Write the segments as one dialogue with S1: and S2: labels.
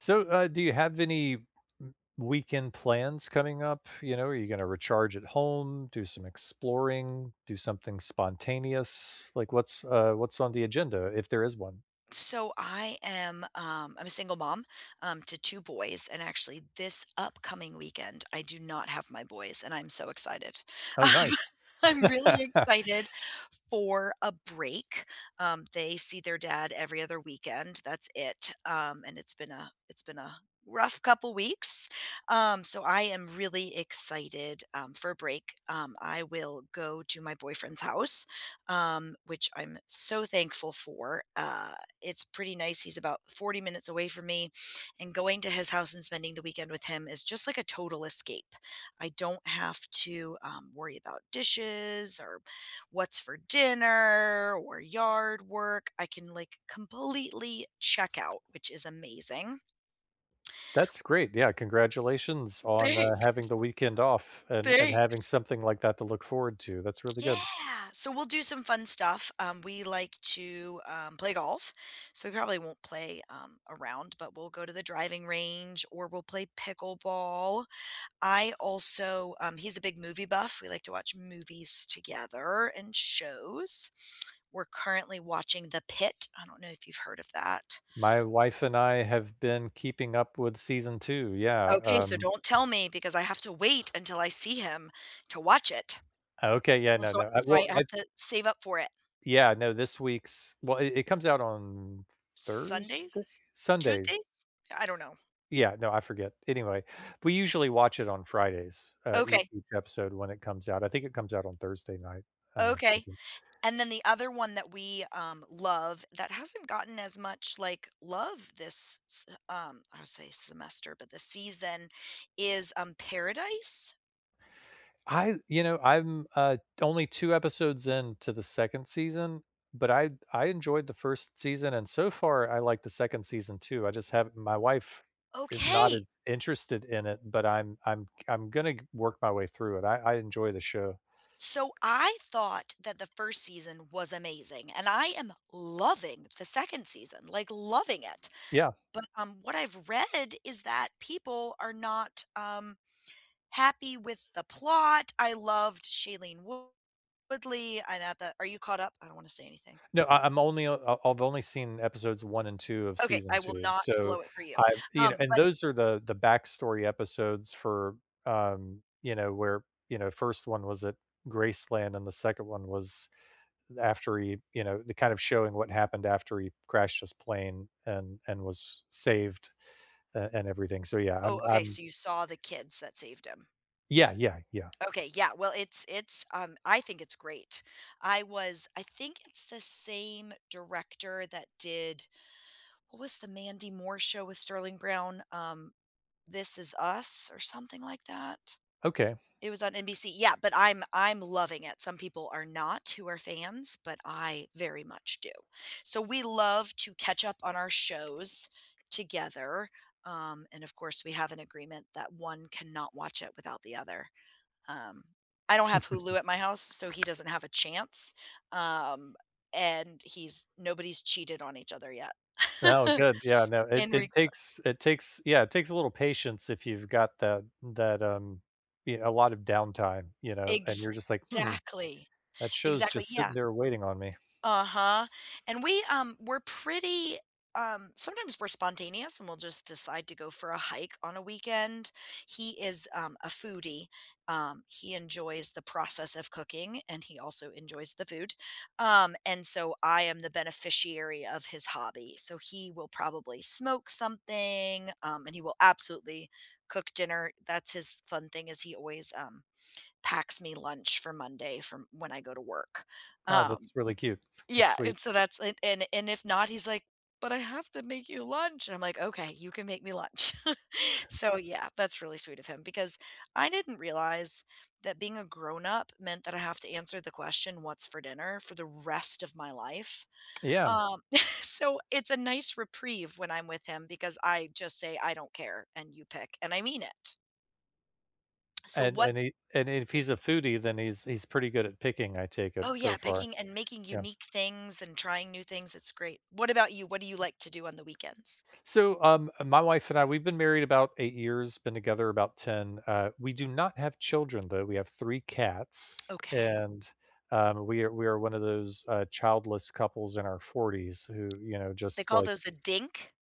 S1: So, do you have any weekend plans coming up? You know, are you going to recharge at home, do some exploring, do something spontaneous? Like, what's on the agenda if there is one?
S2: So I'm a single mom to two boys, and actually this upcoming weekend I do not have my boys and I'm so excited.
S1: Oh,
S2: Um,
S1: nice.
S2: I'm really excited for a break. They see their dad every other weekend. That's it. And it's been a rough couple weeks. So I am really excited, for a break. I will go to my boyfriend's house, which I'm so thankful for. It's pretty nice. He's about 40 minutes away from me, and going to his house and spending the weekend with him is just like a total escape. I don't have to worry about dishes or what's for dinner or yard work. I can like completely check out, which is amazing.
S1: That's great. Yeah, congratulations on
S2: Thanks.
S1: having the weekend off and having
S2: Thanks.
S1: something like that to look forward to. That's really good.
S2: Yeah. So we'll do some fun stuff. We like to play golf. So we probably won't play around, but we'll go to the driving range or we'll play pickleball. I also, he's a big movie buff. We like to watch movies together and shows. We're currently watching The Pit. I don't know if you've heard of that.
S1: My wife and I have been keeping up with season 2. Yeah.
S2: Okay, so don't tell me because I have to wait until I see him to watch it.
S1: Okay. Yeah.
S2: And
S1: No.
S2: so
S1: No.
S2: so I have to save up for it.
S1: Yeah, no, this week's well, it comes out on Thursday?
S2: Sundays?
S1: Sundays.
S2: Tuesdays? I don't know.
S1: Yeah, no, I forget. Anyway, we usually watch it on Fridays, ea
S2: Okay.
S1: each episode when it comes out. I think it comes out on Thursday night, I
S2: Okay.
S1: do.
S2: And then the other one that we, love that hasn't gotten as much, like, love this s I would say semester, but the season is, Paradise?
S1: I'm, only 2 episodes into the 2nd season, but I enjoyed the 1st season, and so far, I like the 2nd season too. I just have my wife is not
S2: Okay.
S1: as interested in it, but I'm gonna work my way through it. I enjoy the show.
S2: So I thought that the first season was amazing, and I am loving the second season, like, loving it.
S1: Yeah.
S2: But, what I've read is that people are not, happy with the plot. I loved Woodley. I thought that are you caught up? I don't wanna say anything.
S1: No. I I'm only o I am only I have only seen episodes 1 and 2 of
S2: Okay,
S1: season
S2: I will
S1: 2,
S2: not
S1: so
S2: blow it for you.
S1: and
S2: But
S1: those are the backstory episodes for, where, first one was at Graceland, and the second one was after he, the kind of showing what happened after he crashed his plane and was saved, a and everything. So, yeah,
S2: Oh, okay,
S1: I'm
S2: so you saw the kids that saved him.
S1: yeah, yeah, yeah.
S2: Okay, yeah, well, it's I think it's great. I think it's the same director that did, what was the Mandy Moore show with Sterling Brown? This Is Us or something like that?
S1: Okay.
S2: It was on NBC, yeah, but I'm loving it. Some people are not who are fans, but I very much do. So we love to catch up on our shows together, and of course, we have an agreement that one cannot watch it without the other. Um, I don't have Hulu at my house, so he doesn't have a chance, um, and he's nobody's cheated on each other yet.
S1: No, good. Yeah, no, it
S2: In re
S1: it takes it takes yeah, it takes a little patience if you've got that, you know, a lot of downtime, and you're just like, "Hmm,
S2: Exactly,
S1: that show's
S2: exactly,
S1: just sitting
S2: yeah.
S1: there waiting on me."
S2: Uh-huh. And we're pretty, sometimes we're spontaneous and we'll just decide to go for a hike on a weekend. He is, a foodie. He enjoys the process of cooking and he also enjoys the food. And so I am the beneficiary of his hobby. So he will probably smoke something, and he will absolutely cook dinner. That's his fun thing, is he always, packs me lunch for Monday from when I go to work.
S1: Oh, that's
S2: Um,
S1: really cute. That's
S2: yeah,
S1: sweet.
S2: and so that's it, and if not, he's like, "But I have to make you lunch," and I'm like, "Okay, you can make me lunch." So, yeah, that's really sweet of him because I didn't realize that being a grown-up meant that I have to answer the question, "What's for dinner?" for the rest of my life.
S1: Yeah,
S2: So it's a nice reprieve when I'm with him because I just say, "I don't care, and you pick," and I mean it. So
S1: and
S2: what
S1: and he and if
S2: Yeah.
S1: he's a foodie, then he's pretty good at picking, I take
S2: Oh,
S1: it so
S2: yeah,
S1: far.
S2: picking and making
S1: Yeah.
S2: unique things and trying new things, it's great. What about you? What do you like to do on the weekends?
S1: So, my wife and I, we've been married about 8 years, been together about 10. We do not have children, though. We have three cats,
S2: Okay.
S1: and we are one of those childless couples in our 40s who,
S2: They
S1: just
S2: call
S1: like,
S2: those a DINK,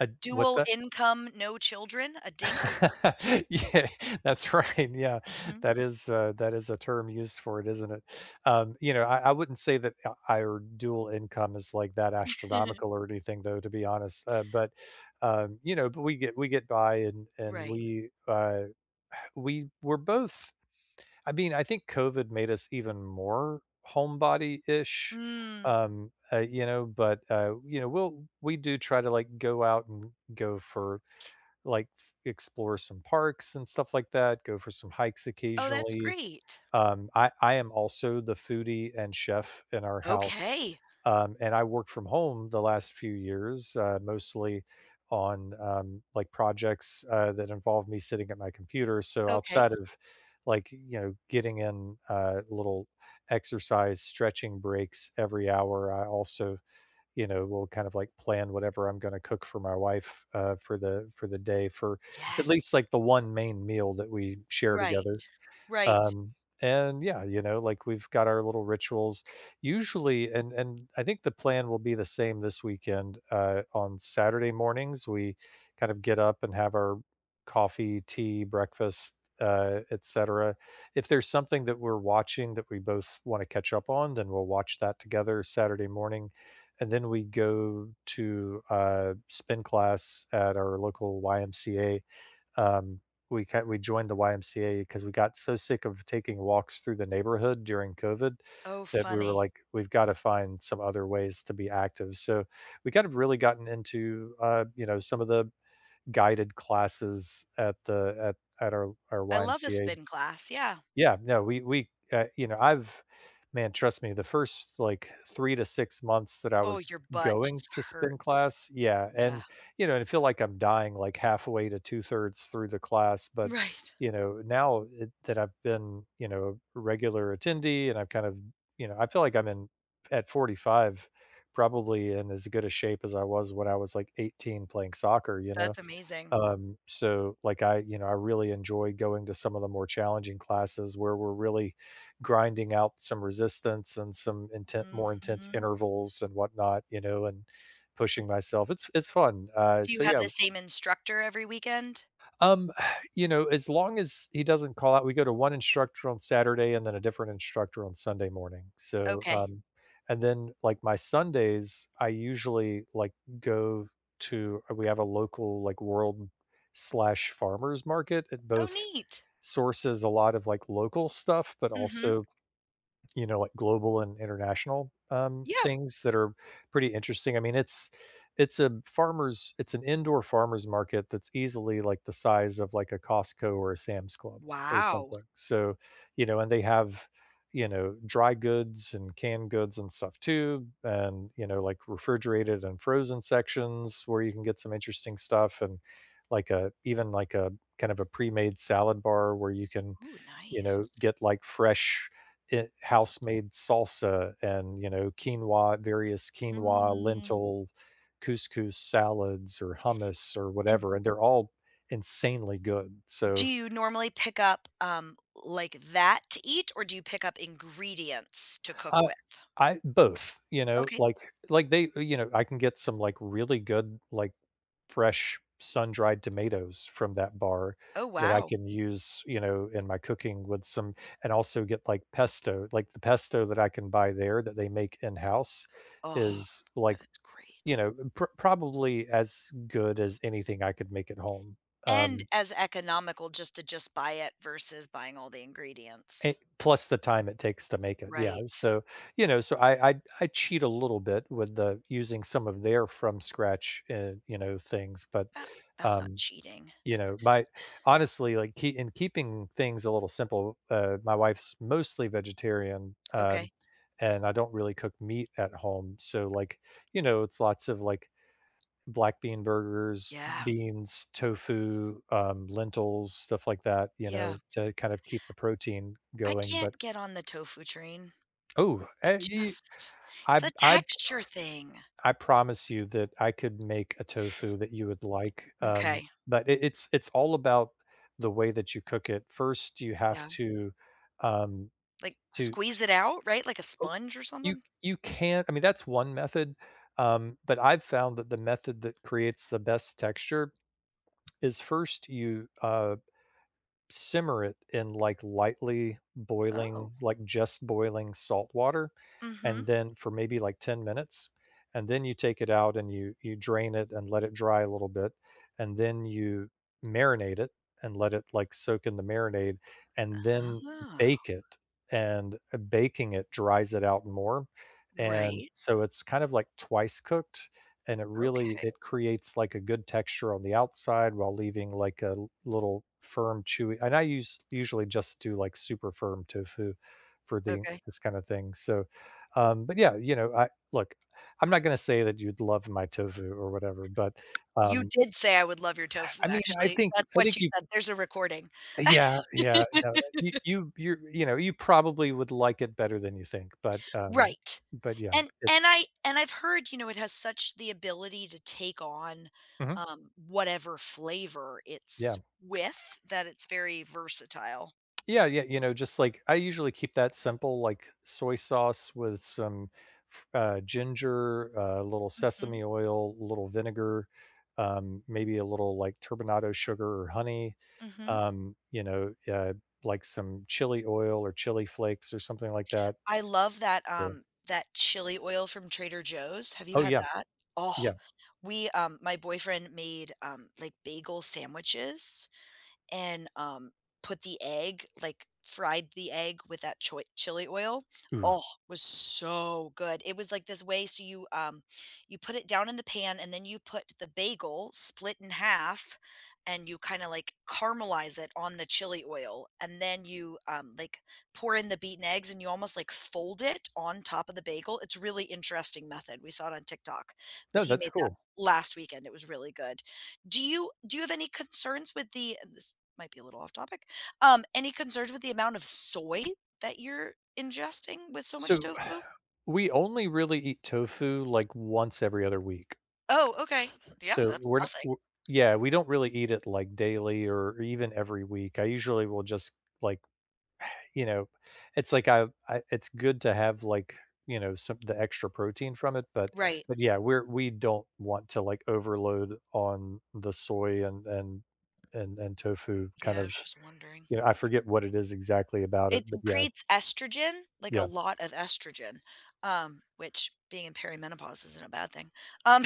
S1: what's
S2: dual
S1: that?
S2: income, no children, a DINK.
S1: Yeah, that's right, yeah.
S2: Mhm.
S1: That is a term used for it, isn't it? I wouldn't say that o our dual income is, like, that astronomical or anything, though, to be honest, but, but we get by and
S2: Right.
S1: we were both I mean, I think COVID made us even more homebody-ish,
S2: Mm.
S1: but, we do try to, like, go out and go for explore some parks and stuff like that, go for some hikes
S2: Oh, that's
S1: occasionally.
S2: great.
S1: I am also the foodie and chef in our house.
S2: Okay.
S1: And I work from home the last few years, mostly on like projects that involve me sitting at my computer. So
S2: Okay.
S1: outside of like, getting in little exercise, stretching breaks every hour, I also, we'll kind of like plan whatever I'm gonna cook for my wife, for the day, for at least
S2: Yes.
S1: like the one main meal that we share together.
S2: Right, right.
S1: Um, and yeah, like we've got our little rituals usually, and I think the plan will be the same this weekend. On Saturday mornings, we kind of get up and have our coffee, tea, breakfast, etc. If there's something that we're watching that we both want to catch up on, then we'll watch that together Saturday morning, and then we go to spin class at our local YMCA. um, we joined the YMCA because we got so sick of taking walks through the neighborhood during COVID
S2: Oh,
S1: that we were
S2: funny.
S1: like, "We've gotta find some other ways to be active," so we kind of really gotten into, some of the guided classes at the at our
S2: I love a
S1: YMCA.
S2: spin class, yeah.
S1: Yeah, no, we, you know, I've man, trust me, the first like 3 to 6 months that I
S2: Oh,
S1: was
S2: your butt
S1: going
S2: just
S1: to spin
S2: hurts.
S1: class, yeah,
S2: Yeah.
S1: and I feel like I'm dying like halfway to 2 thirds through the class, but,
S2: Right.
S1: now, that I've been, a regular attendee and I've kind of, I feel like I'm in at 45, probably in as good a shape as I was when I was like 18 playing soccer, you know?
S2: That's amazing.
S1: So like I really enjoy going to some of the more challenging classes where we're really grinding out some resistance and some more intense
S2: Mhm.
S1: intervals and whatnot, and pushing myself. It's fun. Uh,
S2: Do you
S1: so
S2: have
S1: yeah,
S2: the same instructor every weekend?
S1: um, as long as he doesn't call out, we go to one instructor on Saturday and then a different instructor on Sunday morning. So,
S2: Okay.
S1: and then like my Sundays, I usually like go to, we have a local like world slash farmers market. It
S2: Oh,
S1: both
S2: neat.
S1: sources a lot of like local stuff, but
S2: Mhm.
S1: also, like global and international,
S2: Yeah.
S1: things that are pretty interesting. I mean, it's an indoor farmer's market that's easily like the size of like a Costco or a Sam's Club or
S2: Wow.
S1: something. So, and they have, dry goods and canned goods and stuff too, and, like refrigerated and frozen sections where you can get some interesting stuff, and like a, even like a, kind of a pre-made salad bar where you can,
S2: Ooh, nice.
S1: get like fresh, it house-made salsa and, quinoa various quinoa,
S2: Mm.
S1: lentil, couscous salads or hummus or
S2: And
S1: whatever, and they're all insanely good.
S2: do
S1: So,
S2: you normally pick up, like, that to eat, or do you pick up ingredients to cook
S1: I
S2: with?
S1: I both, you know,
S2: Okay.
S1: like, I can get some, like, really good, like, fresh sun-dried tomatoes from that bar
S2: Oh,
S1: that I
S2: wow.
S1: can use, in my cooking with some, and also get, like, pesto. Like, the pesto that I can buy there that they make in-house
S2: Oh,
S1: is, like,
S2: but it's
S1: You
S2: great.
S1: know, pr probably as good as anything I could make at home,
S2: And
S1: um,
S2: as economical just to just buy it versus buying all the
S1: a
S2: ingredients.
S1: plus the time it takes to make it, yeah,
S2: Right.
S1: so, so I cheat a little bit with the using some of their from scratch, things, but,
S2: That that's not
S1: um,
S2: cheating.
S1: you know, my honestly, like, keeping things a little simple, my wife's mostly vegetarian,
S2: Okay.
S1: and I don't really cook meat at home, so, like, it's lots of, like, black bean burgers,
S2: Yeah.
S1: beans, tofu, lentils, stuff like that,
S2: Yeah.
S1: to kind of keep the protein
S2: I
S1: going, but
S2: can't get on the tofu train.
S1: oh,
S2: I
S1: eh, ye
S2: just
S1: I
S2: It's a
S1: I
S2: texture thing.
S1: I promise you that I could make a tofu that you would like,
S2: Okay.
S1: but it's all about the way that you cook it. First, you have
S2: Yeah.
S1: to, um,
S2: Like,
S1: to
S2: squeeze it out, right? Like a
S1: oh,
S2: sponge or
S1: you
S2: something?
S1: you can't. I mean, that's one method, but I've found that the method that creates the best texture is first you, simmer it in, like, lightly boiling
S2: Oh,
S1: like, just boiling salt water,
S2: Mm. Mhm.
S1: and then for maybe, like, 10 minutes, and then you take it out and you drain it and let it dry a little bit, and then you marinate it and let it, like, soak in the marinade, and then
S2: Oh,
S1: bake it, and, baking it dries it out more, and
S2: right.
S1: so it's kind of, like, twice cooked, and it really
S2: Okay,
S1: it creates like a good texture on the outside while leaving like a little firm chewy. And I use usually just do like super firm tofu for the
S2: okay.
S1: this kind of thing. So, but yeah, you know I look, I'm not going to say that you'd love my tofu or whatever, but
S2: You
S1: um
S2: did say, "I would love your tofu,"
S1: i mean i
S2: actually.
S1: think
S2: That's
S1: i think
S2: what you
S1: you.
S2: said, there's a recording.
S1: Yeah, yeah. No, you probably would like it better than you think, but
S2: Right.
S1: yeah,
S2: And and
S1: it's
S2: I and I've heard, you know, it has such the ability to take on,
S1: mhm,
S2: whatever flavor
S1: yeah.
S2: it's with, that it's very versatile.
S1: Yeah, yeah, you know, just like I usually keep that simple, like soy sauce with some, ginger, a little sesame
S2: Mhm,
S1: oil, a little vinegar, maybe a little like turbinado sugar or honey,
S2: mhm.
S1: um, you know, uh, like some chili oil or chili flakes or something like that.
S2: I love that,
S1: So,
S2: that chili oil from Trader Joe's. Have you
S1: oh
S2: had
S1: yeah,
S2: that? Oh,
S1: yeah.
S2: we, my boyfriend made, like, bagel sandwiches and, put the egg, fried the egg with that choi chili oil.
S1: Ooh.
S2: Oh, was so good. It was like this way, so you, you put it down in the pan and then you put the bagel split in half and you kinda, like, caramelize it on the chili oil, and then you, like, pour in the beaten eggs and you almost, like, fold it on top of the bagel. It's a really interesting method. We saw it on TikTok,
S1: No,
S2: but he
S1: that's
S2: made that
S1: cool.
S2: last weekend. It was really good. Do you have any concerns with the, might be a little off topic. Any concerns with the amount of soy that you're ingesting with so much
S1: So
S2: tofu?
S1: we only really eat tofu like once every other week.
S2: Oh, okay. Yeah,
S1: So
S2: that's
S1: we're n
S2: nothing.
S1: w yeah, we don't really eat it, like, daily or even every week. I usually will just, like, you know, it's like I it's good to have, like, some, the extra protein from it, but
S2: Right.
S1: but, yeah, we don't want to, like, overload on the soy, and tofu kind
S2: Yeah, I was
S1: of,
S2: just wondering.
S1: I forget what it is exactly about it,
S2: It
S1: but yeah,
S2: creates estrogen, like a
S1: yeah.
S2: lot of estrogen, which being in perimenopause isn't a bad thing. Um,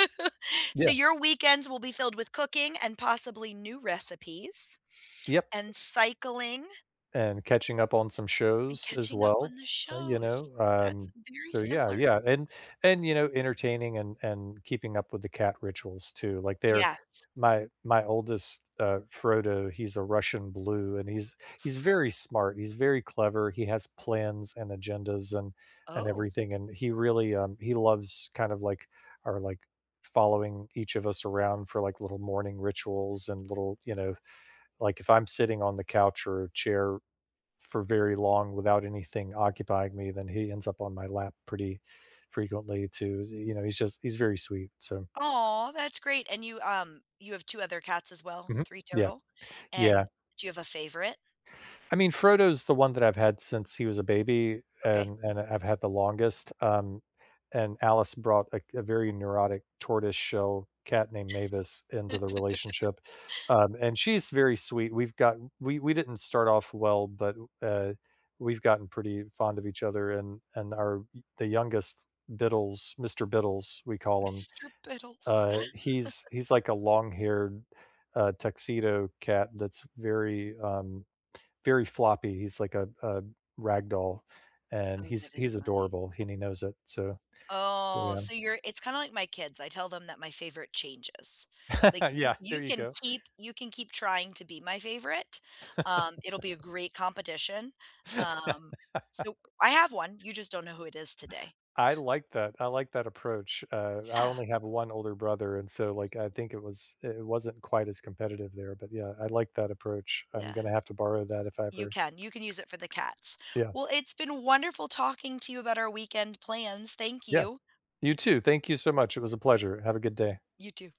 S1: Yeah.
S2: so your weekends will be filled with cooking and possibly new recipes
S1: Yep.
S2: and cycling
S1: And catching up on some
S2: and
S1: shows as
S2: catching up
S1: well,
S2: on the
S1: uh, you
S2: shows.
S1: know,
S2: That's
S1: um,
S2: very
S1: so yeah,
S2: similar.
S1: yeah, and, entertaining and keeping up with the cat rituals too, like, they're
S2: Yes.
S1: my oldest, Frodo. He's a Russian Blue, and he's very smart, he's very clever, he has plans and agendas and
S2: Oh.
S1: everything, and he really, he loves kind of, like, our, like, following each of us around for, like, little morning rituals and little, like, if I'm sitting on the couch or a chair for very long without anything occupying me, then he ends up on my lap pretty frequently too. You know, he's just, he's very sweet. So,
S2: Aw, that's great, and you, you have 2 other cats as well?
S1: mhm.
S2: 3
S1: Yeah,
S2: total?
S1: yeah.
S2: And do you have a favorite?
S1: I mean, Frodo's the one that I've had since he was a baby
S2: Okay.
S1: and I've had the longest, and Alice brought a very neurotic tortoiseshell cat named Mavis into the relationship, and she's very sweet. We've got we didn't start off well, but, uh, we've gotten pretty fond of each other, and our, the youngest, Biddles, Mr. Biddles, we call him,
S2: Mr. Biddles.
S1: he's like a long-haired, tuxedo cat that's very, very floppy. He's like a ragdoll, and
S2: Oh,
S1: he's
S2: that is
S1: he's
S2: funny.
S1: adorable, and he knows it. So, so
S2: Oh,
S1: yeah.
S2: so you're it's kinda like my kids, I tell them that my favorite changes. Like, you
S1: Yeah, there
S2: you
S1: you
S2: can
S1: go.
S2: keep, trying to be my favorite, it'll be a great competition, um, so I have one, you just don't know who it is today.
S1: I like that. I like that approach. I
S2: Yeah,
S1: only have one older brother, and so, like, I think it was, it wasn't quite as competitive there, but yeah, I like that approach. I'm
S2: yeah,
S1: gonna have to borrow that if I ever.
S2: you can use it for the cats.
S1: Yeah.
S2: Well, it's been wonderful talking to you about our weekend plans, thank
S1: Yeah.
S2: you.
S1: You too. Thank you so much. It was a pleasure. Have a good day.
S2: You too.